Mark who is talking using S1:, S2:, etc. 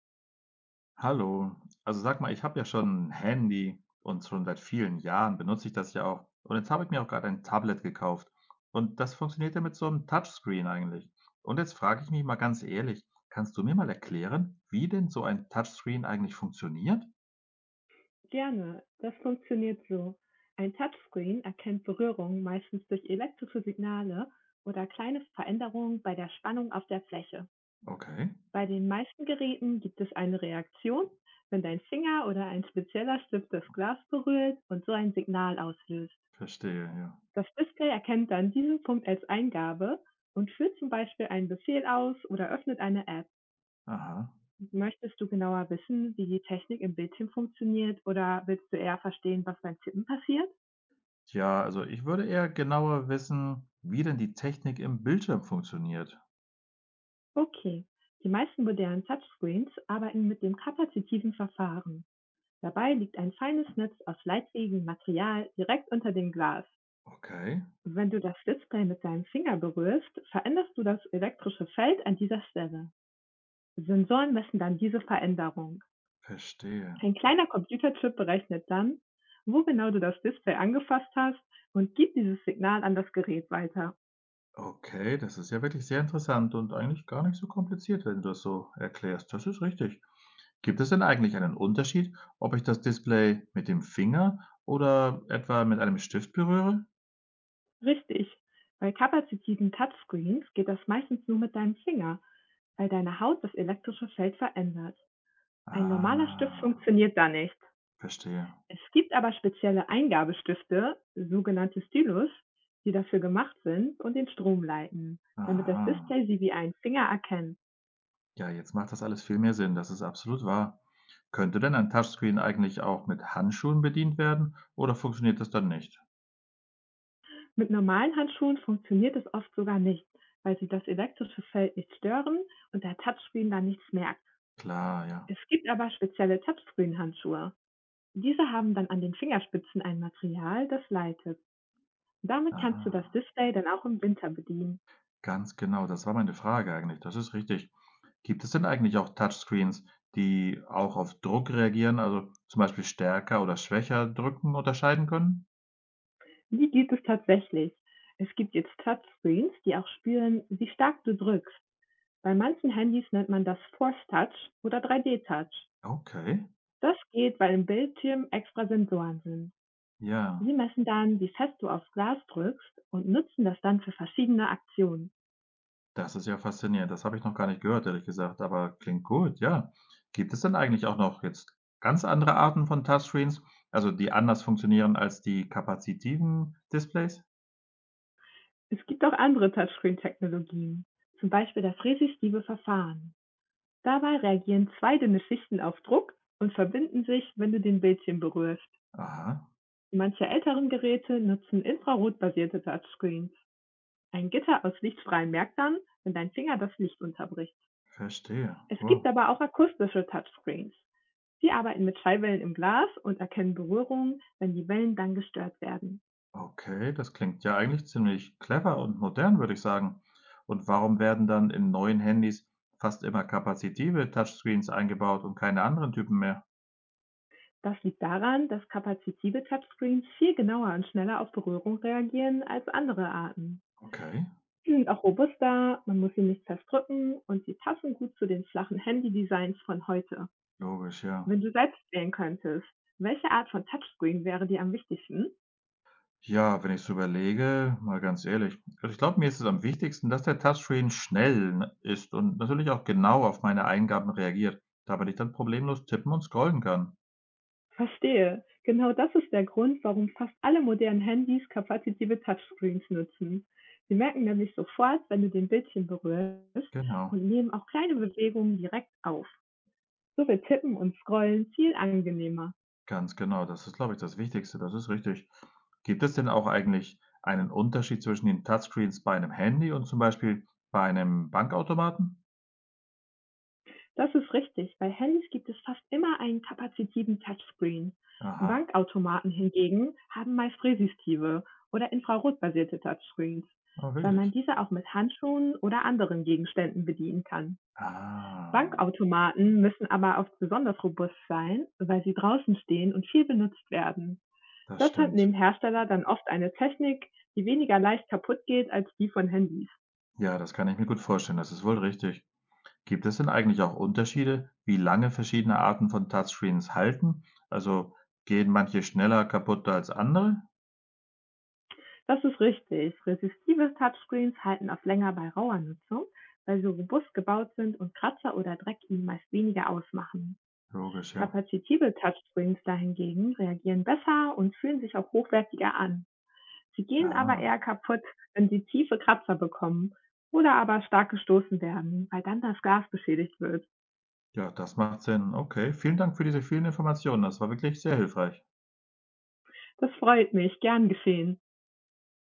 S1: Hallo. Also sag mal, ich habe ja schon 'n Handy und schon seit vielen Jahren benutze ich das ja auch. Und jetzt habe ich mir auch gerade ein Tablet gekauft. Und das funktioniert ja mit so einem Touchscreen eigentlich. Und jetzt frage ich mich mal ganz ehrlich, kannst du mir mal erklären, wie denn so ein Touchscreen eigentlich funktioniert?
S2: Gerne, das funktioniert so. Ein Touchscreen erkennt Berührungen meistens durch elektrische Signale oder kleine Veränderungen bei der Spannung auf der Fläche.
S1: Okay,
S2: Bei den meisten Geräten gibt es eine Reaktion, wenn dein Finger oder ein spezieller Stift das Glas berührt und so ein Signal auslöst.
S1: verstehe, ja.
S2: Das Display erkennt dann diesen Punkt als Eingabe und führt zum Beispiel einen Befehl aus oder öffnet eine App.
S1: Aha.
S2: Möchtest du genauer wissen, wie die Technik im Bildschirm funktioniert oder willst du eher verstehen, was beim Tippen passiert?
S1: Ja, also ich würde eher genauer wissen, wie denn die Technik im Bildschirm funktioniert.
S2: Okay. Die meisten modernen Touchscreens arbeiten mit dem kapazitiven Verfahren. Dabei liegt ein feines Netz aus leitfähigem Material direkt unter dem Glas.
S1: Okay,
S2: Wenn du das Display mit deinem Finger berührst, veränderst du das elektrische Feld an dieser Stelle. Sensoren messen dann diese Veränderung.
S1: verstehe.
S2: Ein kleiner Computerchip berechnet dann, wo genau du das Display angefasst hast und gibt dieses Signal an das Gerät weiter.
S1: Okay, das ist ja wirklich sehr interessant und eigentlich gar nicht so kompliziert, wenn du das so erklärst. Das ist richtig. Gibt es denn eigentlich einen Unterschied, ob ich das Display mit dem Finger oder etwa mit einem Stift berühre?
S2: Richtig. Bei kapazitiven Touchscreens geht das meistens nur mit deinem Finger. Weil deine Haut das elektrische Feld verändert. Ein normaler Stift
S1: Ah,
S2: funktioniert da nicht.
S1: verstehe.
S2: Es gibt aber spezielle Eingabestifte, sogenannte Stylus, die dafür gemacht sind und den Strom leiten, damit das
S1: Aha.
S2: Display sie wie einen Finger erkennt.
S1: Ja, jetzt macht das alles viel mehr Sinn. Das ist absolut wahr. Könnte denn ein Touchscreen eigentlich auch mit Handschuhen bedient werden oder funktioniert das dann nicht?
S2: Mit normalen Handschuhen funktioniert es oft sogar nicht, weil sie das elektrische Feld nicht stören und der Touchscreen dann nichts merkt.
S1: Klar, ja.
S2: Es gibt aber spezielle Touchscreen-Handschuhe. Diese haben dann an den Fingerspitzen ein Material, das leitet. Damit kannst du das
S1: Ah,
S2: Display dann auch im Winter bedienen.
S1: ganz genau. Das war meine Frage eigentlich. Das ist richtig. Gibt es denn eigentlich auch Touchscreens, die auch auf Druck reagieren, also zum Beispiel stärker oder schwächer drücken unterscheiden können?
S2: Die gibt es tatsächlich. Es gibt jetzt Touchscreens, die auch spüren, wie stark du drückst. Bei manchen Handys nennt man das Force Touch oder 3D-Touch.
S1: Okay,
S2: Das geht, weil im Bildschirm extra Sensoren sind.
S1: ja,
S2: Sie messen dann, wie fest du aufs Glas drückst und nutzen das dann für verschiedene Aktionen.
S1: das ist ja faszinierend. Das habe ich noch gar nicht gehört, ehrlich gesagt, aber klingt gut, ja. Gibt es denn eigentlich auch noch jetzt ganz andere Arten von Touchscreens, also die anders funktionieren als die kapazitiven Displays?
S2: Es gibt auch andere Touchscreen-Technologien, zum Beispiel das resistive Verfahren. Dabei reagieren zwei dünne Schichten auf Druck und verbinden sich, wenn du den Bildschirm berührst.
S1: Aha,
S2: Manche älteren Geräte nutzen infrarotbasierte Touchscreens, ein Gitter aus lichtfreien Merkern, wenn dein Finger das Licht unterbricht.
S1: verstehe.
S2: Es
S1: Wow.
S2: gibt aber auch akustische Touchscreens. Sie arbeiten mit Schallwellen im Glas und erkennen Berührungen, wenn die Wellen dann gestört werden.
S1: Okay, das klingt ja eigentlich ziemlich clever und modern, würde ich sagen. Und warum werden dann in neuen Handys fast immer kapazitive Touchscreens eingebaut und keine anderen Typen mehr?
S2: Das liegt daran, dass kapazitive Touchscreens viel genauer und schneller auf Berührung reagieren als andere Arten.
S1: Okay,
S2: Sie sind auch robuster, man muss sie nicht fest und sie passen gut zu den flachen Handy-Designs von heute.
S1: logisch, ja.
S2: Wenn du selbst wählen könntest, welche Art von Touchscreen wäre dir am wichtigsten?
S1: Ja, wenn ich so überlege, mal ganz ehrlich, also ich glaube, mir ist es am wichtigsten, dass der Touchscreen schnell ne, ist und natürlich auch genau auf meine Eingaben reagiert, damit ich dann problemlos tippen und scrollen kann.
S2: Verstehe. Genau das ist der Grund, warum fast alle modernen Handys kapazitive Touchscreens nutzen. Sie merken nämlich sofort, wenn du den Bildschirm berührst
S1: Genau.
S2: und nehmen auch kleine Bewegungen direkt auf. So wird Tippen und Scrollen viel angenehmer.
S1: Ganz genau, das ist, glaube ich, das Wichtigste, das ist richtig. Gibt es denn auch eigentlich einen Unterschied zwischen den Touchscreens bei einem Handy und zum Beispiel bei einem Bankautomaten?
S2: Das ist richtig. Bei Handys gibt es fast immer einen kapazitiven Touchscreen.
S1: Aha,
S2: Bankautomaten hingegen haben meist resistive oder infrarotbasierte Touchscreens,
S1: ah,
S2: weil man
S1: wirklich?
S2: diese auch mit Handschuhen oder anderen Gegenständen bedienen kann.
S1: Ah,
S2: Bankautomaten müssen aber oft besonders robust sein, weil sie draußen stehen und viel benutzt werden.
S1: das
S2: Deshalb
S1: stimmt.
S2: nehmen Hersteller dann oft eine Technik, die weniger leicht kaputt geht als die von Handys.
S1: Ja, das kann ich mir gut vorstellen, das ist wohl richtig. Gibt es denn eigentlich auch Unterschiede, wie lange verschiedene Arten von Touchscreens halten? Also gehen manche schneller kaputt als andere?
S2: Das ist richtig. Resistive Touchscreens halten oft länger bei rauer Nutzung, weil sie robust gebaut sind und Kratzer oder Dreck ihnen meist weniger ausmachen.
S1: Logisch, ja.
S2: Kapazitive Touchscreens dahingegen reagieren besser und fühlen sich auch hochwertiger an. Sie gehen aber
S1: Ah,
S2: eher kaputt, wenn sie tiefe Kratzer bekommen oder aber stark gestoßen werden, weil dann das Glas beschädigt wird.
S1: ja, das macht Sinn. Okay, vielen Dank für diese vielen Informationen, das war wirklich sehr hilfreich.
S2: Das freut mich, gern geschehen.